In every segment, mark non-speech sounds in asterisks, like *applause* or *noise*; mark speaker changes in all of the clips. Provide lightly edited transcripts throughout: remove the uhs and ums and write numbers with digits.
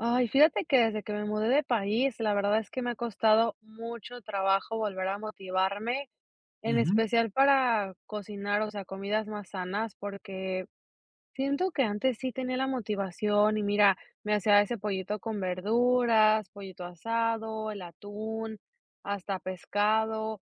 Speaker 1: Ay, fíjate que desde que me mudé de país, la verdad es que me ha costado mucho trabajo volver a motivarme, en
Speaker 2: Ujú,
Speaker 1: especial para cocinar, o sea, comidas más sanas, porque siento que antes sí tenía la motivación y mira, me hacía ese pollito con verduras, pollito asado, el atún, hasta pescado.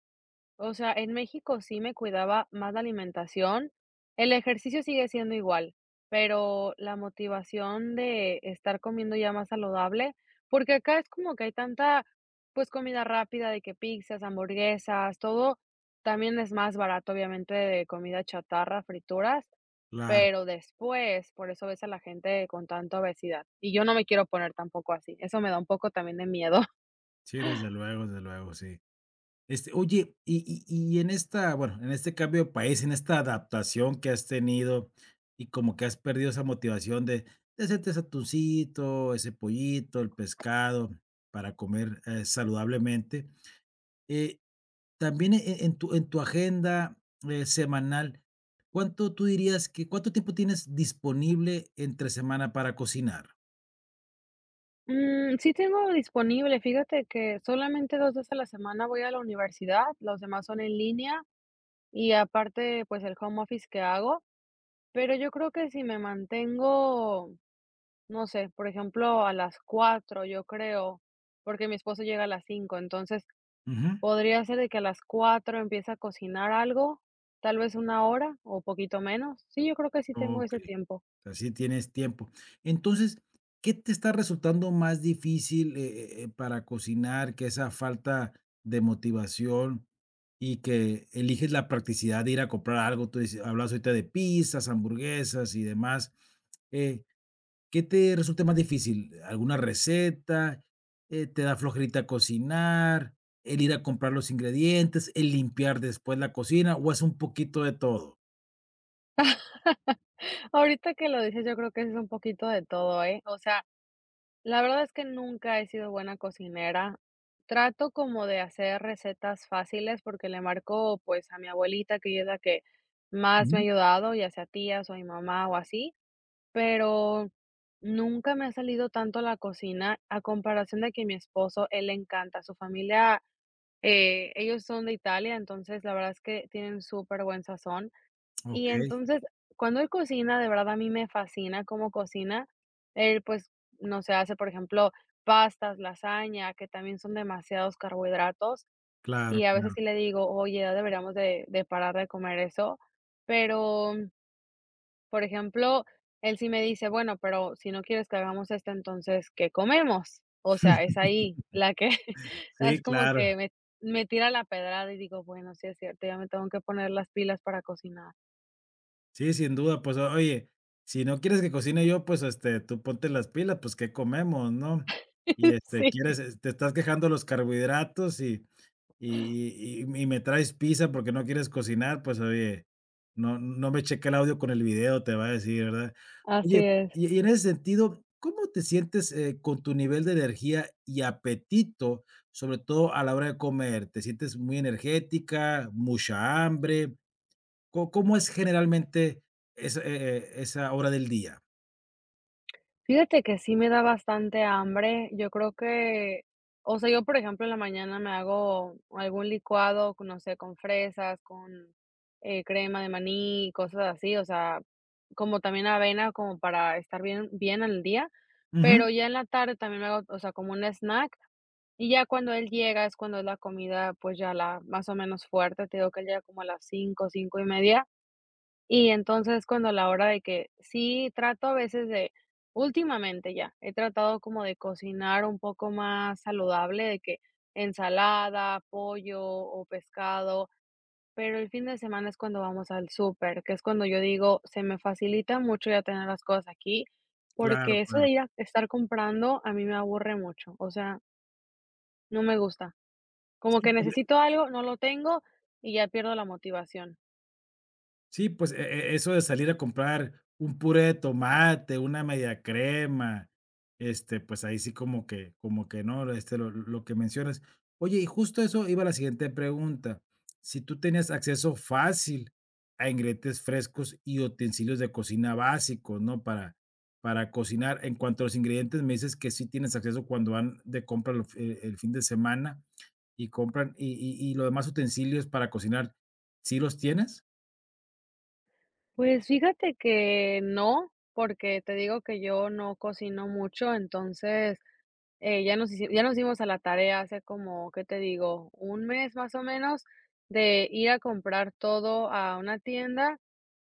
Speaker 1: O sea, en México sí me cuidaba más la alimentación. El ejercicio sigue siendo igual, pero la motivación de estar comiendo ya más saludable, porque acá es como que hay tanta, pues, comida rápida de que pizzas, hamburguesas, todo también es más barato, obviamente, de comida chatarra, frituras,
Speaker 2: claro.
Speaker 1: pero después, por eso ves a la gente con tanta obesidad. Y yo no me quiero poner tampoco así. Eso me da un poco también de miedo.
Speaker 2: Sí, desde luego, sí. Oye, y en esta, bueno, en este cambio de país, en esta adaptación que has tenido y como que has perdido esa motivación de hacerte ese atuncito, ese pollito, el pescado para comer, saludablemente, eh, también en tu agenda, semanal, ¿cuánto tú dirías que cuánto tiempo tienes disponible entre semana para cocinar?
Speaker 1: Mm, sí tengo disponible, fíjate que solamente 2 veces a la semana voy a la universidad, los demás son en línea y aparte, pues, el home office que hago, pero yo creo que si me mantengo, no sé, por ejemplo, a las 4 yo creo, porque mi esposo llega a las 5. Entonces
Speaker 2: Ujú,
Speaker 1: podría ser de que a las 4 empiece a cocinar algo, tal vez una hora o poquito menos. Sí, yo creo que sí tengo ese
Speaker 2: okey.
Speaker 1: tiempo.
Speaker 2: Así tienes tiempo. Entonces, ¿qué te está resultando más difícil, para cocinar? Que esa falta de motivación y que eliges la practicidad de ir a comprar algo. Tú dices hablabas ahorita de pizzas, hamburguesas y demás, eh, ¿qué te resulta más difícil? ¿Alguna receta? ¿Te da flojerita cocinar? ¿El ir a comprar los ingredientes? ¿El limpiar después la cocina? ¿O es un poquito de todo?
Speaker 1: *laughs* Ahorita que lo dices, yo creo que es un poquito de todo, ¿eh? O sea, la verdad es que nunca he sido buena cocinera. Trato como de hacer recetas fáciles porque le marco pues a mi abuelita, que ella es la que más me ha
Speaker 2: Ujú.
Speaker 1: ayudado, ya sea tías o mi mamá o así, pero nunca me ha salido tanto la cocina a comparación de que mi esposo, él le encanta, su familia, ellos son de Italia, entonces la verdad es que tienen súper buen sazón. Y
Speaker 2: Okey,
Speaker 1: entonces, cuando él cocina, de verdad a mí me fascina cómo cocina. Él, pues, no se hace, por ejemplo, pastas, lasaña, que también son demasiados carbohidratos,
Speaker 2: claro,
Speaker 1: y a veces
Speaker 2: claro.
Speaker 1: sí le digo: "Oye, ya deberíamos de parar de comer eso". Pero, por ejemplo, él sí me dice: "Bueno, pero si no quieres que hagamos esto, entonces, ¿qué comemos?". O sea, es ahí la que *laughs*
Speaker 2: Sí,
Speaker 1: es como
Speaker 2: claro.
Speaker 1: que me tira la pedrada y digo: "Bueno, sí es cierto, ya me tengo que poner las pilas para cocinar".
Speaker 2: Sí, sin duda, pues, oye, si no quieres que cocine yo, pues, tú ponte las pilas, pues, ¿qué comemos, no? Y,
Speaker 1: *laughs* Sí.
Speaker 2: quieres, te estás quejando de los carbohidratos y me traes pizza porque no quieres cocinar, pues, oye, no me cheque el audio con el video, te va a decir, ¿verdad?
Speaker 1: Así
Speaker 2: Oye,
Speaker 1: es.
Speaker 2: y en ese sentido, ¿cómo te sientes, con tu nivel de energía y apetito, sobre todo a la hora de comer? ¿Te sientes muy energética, mucha hambre? ¿Co cómo es generalmente esa, esa hora del día?
Speaker 1: Fíjate que sí me da bastante hambre. Yo creo que, o sea, yo, por ejemplo, en la mañana me hago algún licuado, con, no sé, con fresas, con crema de maní, cosas así, o sea, como también avena, como para estar bien, bien al día.
Speaker 2: Ujú,
Speaker 1: Pero ya en la tarde también me hago, o sea, como un snack. Y ya cuando él llega es cuando es la comida, pues ya la más o menos fuerte. Te digo que él llega como a las 5, 5:30. Y entonces, cuando a la hora de que sí trato a veces de últimamente ya, he tratado como de cocinar un poco más saludable, de que ensalada, pollo o pescado, pero el fin de semana es cuando vamos al súper, que es cuando yo digo, se me facilita mucho ya tener las cosas aquí,
Speaker 2: claro,
Speaker 1: porque eso
Speaker 2: claro.
Speaker 1: de ir a estar comprando a mí me aburre mucho, o sea, no me gusta. Como
Speaker 2: Sí,
Speaker 1: que
Speaker 2: pues.
Speaker 1: necesito algo, no lo tengo y ya pierdo la motivación.
Speaker 2: Sí, pues, eso de salir a comprar un puré de tomate, una media crema, pues, ahí sí como que no, lo que mencionas. Oye, y justo eso iba a la siguiente pregunta. Si tú tenías acceso fácil a ingredientes frescos y utensilios de cocina básicos, ¿no? Para cocinar. En cuanto a los ingredientes, me dices que sí tienes acceso cuando van de compra lo el fin de semana y compran y los demás utensilios para cocinar, ¿sí los tienes?
Speaker 1: Pues fíjate que no, porque te digo que yo no cocino mucho, entonces, ya nos dimos a la tarea hace como, ¿qué te digo? Un mes más o menos de ir a comprar todo a una tienda,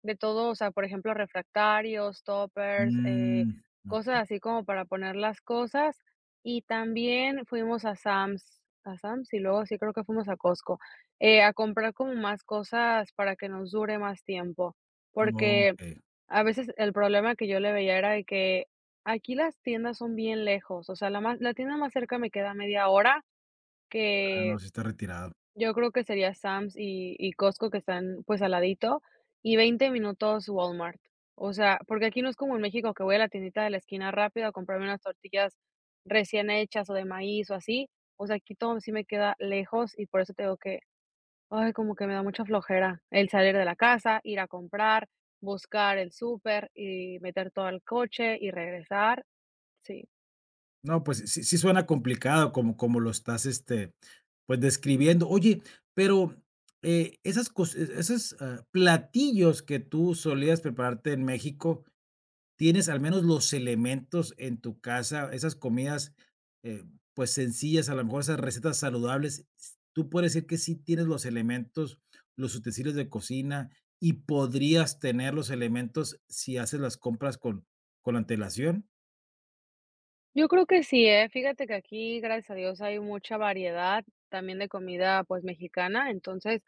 Speaker 1: de todo, o sea, por ejemplo, refractarios, toppers,
Speaker 2: Mm, okey,
Speaker 1: cosas así como para poner las cosas. Y también fuimos a Sam's y luego sí creo que fuimos a Costco, a comprar como más cosas para que nos dure más tiempo, porque
Speaker 2: okey.
Speaker 1: a veces el problema que yo le veía era de que aquí las tiendas son bien lejos, o sea, la tienda más cerca me queda media hora,
Speaker 2: Ah,
Speaker 1: que
Speaker 2: no, sí está retirado.
Speaker 1: yo creo que sería Sam's y Costco, que están, pues, al ladito, y 20 minutos Walmart. O sea, porque aquí no es como en México que voy a la tiendita de la esquina rápido a comprarme unas tortillas recién hechas o de maíz o así. O sea, aquí todo sí me queda lejos y por eso tengo que, ay, como que me da mucha flojera el salir de la casa, ir a comprar, buscar el súper y meter todo al coche y regresar. Sí.
Speaker 2: No, pues sí suena complicado como como lo estás, pues, describiendo. Oye, pero, esas cosas, platillos que tú solías prepararte en México, ¿tienes al menos los elementos en tu casa, esas comidas, eh, pues, sencillas, a lo mejor esas recetas saludables? S ¿Tú puedes decir que sí tienes los elementos, los utensilios de cocina y podrías tener los elementos si haces las compras con antelación?
Speaker 1: Yo creo que sí, ¿eh? Fíjate que aquí, gracias a Dios, hay mucha variedad también de comida, pues, mexicana. Entonces,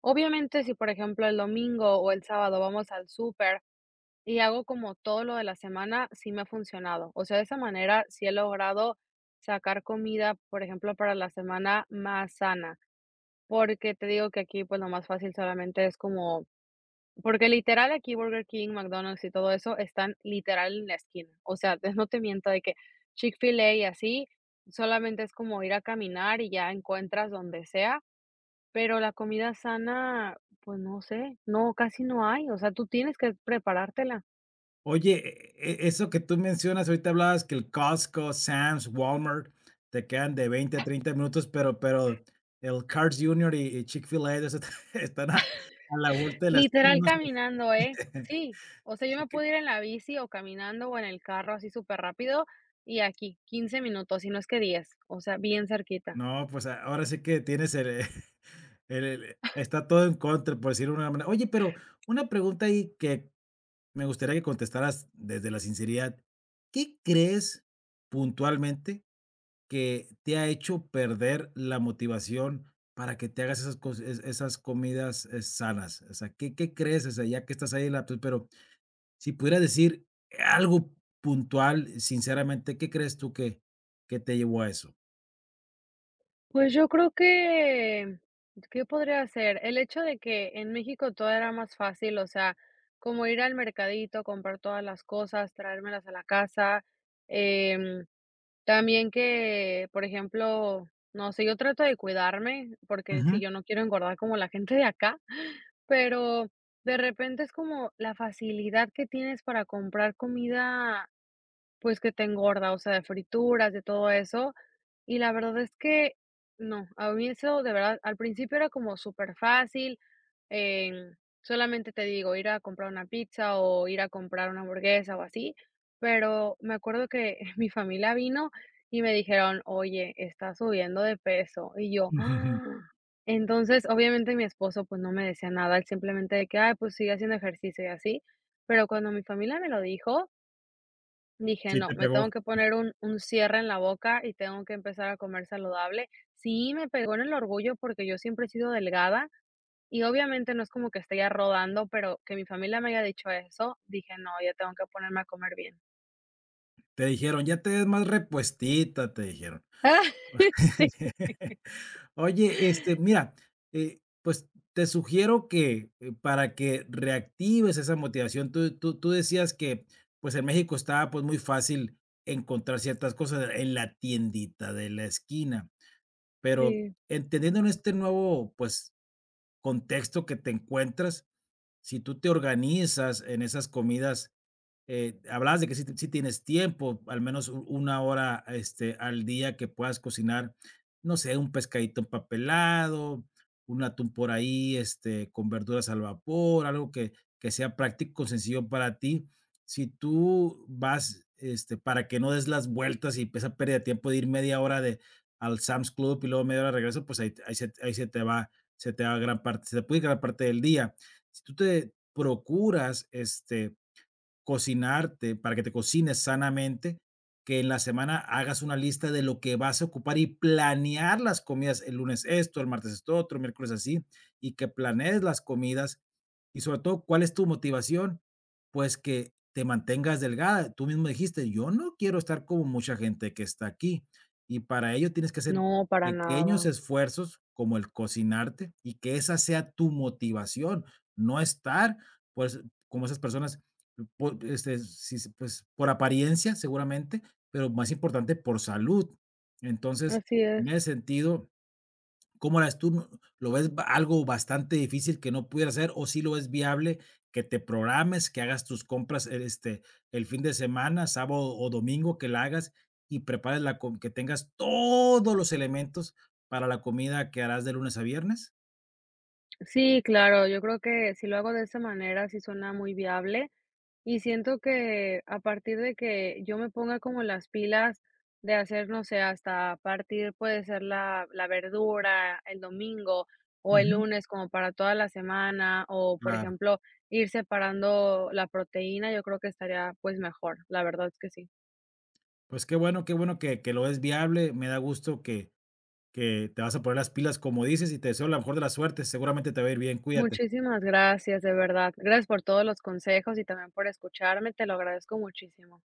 Speaker 1: obviamente, si, por ejemplo, el domingo o el sábado vamos al súper y hago como todo lo de la semana, sí me ha funcionado. O sea, de esa manera sí he logrado sacar comida, por ejemplo, para la semana más sana, porque te digo que aquí, pues, lo más fácil solamente es como porque literal aquí Burger King, McDonald's y todo eso están literal en la esquina. O sea, *laughs* entonces no te miento de que Chick-fil-A y así, solamente es como ir a caminar y ya encuentras donde sea, pero la comida sana, pues no sé, no, casi no hay, o sea, tú tienes que preparártela.
Speaker 2: Oye, eso que tú mencionas, ahorita hablabas que el Costco, Sam's, Walmart te quedan de 20 a 30 minutos, pero el Carl's Junior y Chick-fil-A, de esos *laughs* están a la vuelta de la esquina,
Speaker 1: Literal
Speaker 2: no *laughs*
Speaker 1: caminando, ¿eh? Sí, o sea, yo
Speaker 2: Así
Speaker 1: me
Speaker 2: que
Speaker 1: puedo ir en la bici o caminando o en el carro así súper rápido y aquí 15 minutos, si no es que 10, o sea, bien cerquita.
Speaker 2: no, pues, a- ahora sí que tienes el *laughs* el- está todo en contra, por decirlo de una manera. Oye, pero una pregunta ahí que me gustaría que contestaras desde la sinceridad, ¿qué crees puntualmente que te ha hecho perder la motivación para que te hagas esas cos es esas comidas, sanas? O sea, ¿qué qué crees? O sea, ya que estás ahí en la pues, pero si pudieras decir algo puntual, sinceramente, ¿qué crees tú que te llevó a eso?
Speaker 1: Pues yo creo que, ¿qué podría hacer? El hecho de que en México todo era más fácil, o sea, como ir al mercadito, comprar todas las cosas, traérmelas a la casa. em, También que, por ejemplo, no sé, yo trato de cuidarme, porque si
Speaker 2: Ujú.
Speaker 1: yo no quiero engordar como la gente de acá, *laughs* pero de repente es como la facilidad que tienes para comprar comida pues que te engorda, o sea, de frituras, de todo eso. Y la verdad es que no, a mí eso de verdad, al principio era como superfácil, em, solamente te digo, ir a comprar una pizza o ir a comprar una hamburguesa o así, pero me acuerdo que *laughs* mi familia vino y me dijeron: "Oye, estás subiendo de peso", y yo: "¡Ah!".
Speaker 2: *laughs*
Speaker 1: Entonces, obviamente mi esposo, pues, no me decía nada, él simplemente de que: "Ay, pues sigue haciendo ejercicio", y así, pero cuando mi familia me lo dijo, dije:
Speaker 2: Sí,
Speaker 1: "No,
Speaker 2: te
Speaker 1: me
Speaker 2: pegó.
Speaker 1: tengo que poner un cierre en la boca y tengo que empezar a comer saludable". Sí, me pegó en el orgullo porque yo siempre he sido delgada y obviamente no es como que esté ya rodando, pero que mi familia me haya dicho eso, dije: "No, ya tengo que ponerme a comer bien".
Speaker 2: Te dijeron: "Ya te ves más repuestita", te dijeron.
Speaker 1: *laughs* Sí,
Speaker 2: *laughs* Oye, mira, pues te sugiero que para que reactives esa motivación, tú decías que pues en México estaba pues muy fácil encontrar ciertas cosas en la tiendita de la esquina, pero
Speaker 1: sí.
Speaker 2: entendiendo en este nuevo pues contexto que te encuentras, si tú te organizas en esas comidas hablabas de que sí, sí tienes tiempo, al menos u- una hora este, al día que puedas cocinar, no sé, un pescadito empapelado, un atún por ahí, con verduras al vapor, algo que sea práctico, sencillo para ti. Si tú vas, para que no des las vueltas y esa pérdida de tiempo de ir media hora de, al Sam's Club y luego media hora de regreso, pues ahí, te- ahí se te va gran parte, se te puede ir gran parte del día. Si tú te procuras, cocinarte, para que te cocines sanamente, que en la semana hagas una lista de lo que vas a ocupar y planear las comidas, el lunes esto, el martes esto otro, miércoles así, y que planees las comidas y sobre todo, ¿cuál es tu motivación? Pues que te mantengas delgada. Tú mismo dijiste, yo no quiero estar como mucha gente que está aquí y para ello tienes que hacer
Speaker 1: No, para
Speaker 2: pequeños
Speaker 1: nada.
Speaker 2: esfuerzos como el cocinarte y que esa sea tu motivación, no estar pues como esas personas por, sí se pues, por apariencia, seguramente, pero más importante, por salud. Entonces,
Speaker 1: Así es.
Speaker 2: en ese sentido, ¿cómo la ves tú? ¿No lo ves ba algo bastante difícil que no pudieras hacer, o sí lo ves viable que te programes, que hagas tus compras, este, el fin de semana, sábado o domingo, que la hagas y prepares la com que tengas todos los elementos para la comida que harás de lunes a viernes?
Speaker 1: Sí, claro, yo creo que si lo hago de esa manera, sí suena muy viable. Y siento que a partir de que yo me ponga como las pilas de hacer, no sé, hasta partir puede ser la, la verdura el domingo o el
Speaker 2: Ujú,
Speaker 1: lunes como para toda la semana o por
Speaker 2: claro.
Speaker 1: ejemplo ir separando la proteína, yo creo que estaría pues mejor, la verdad es que sí.
Speaker 2: Pues qué bueno que lo es viable, me da gusto que te vas a poner las pilas como dices y te deseo la mejor de las suertes, seguramente te va a ir bien, cuídate.
Speaker 1: Muchísimas gracias, de verdad. Gracias por todos los consejos y también por escucharme, te lo agradezco muchísimo.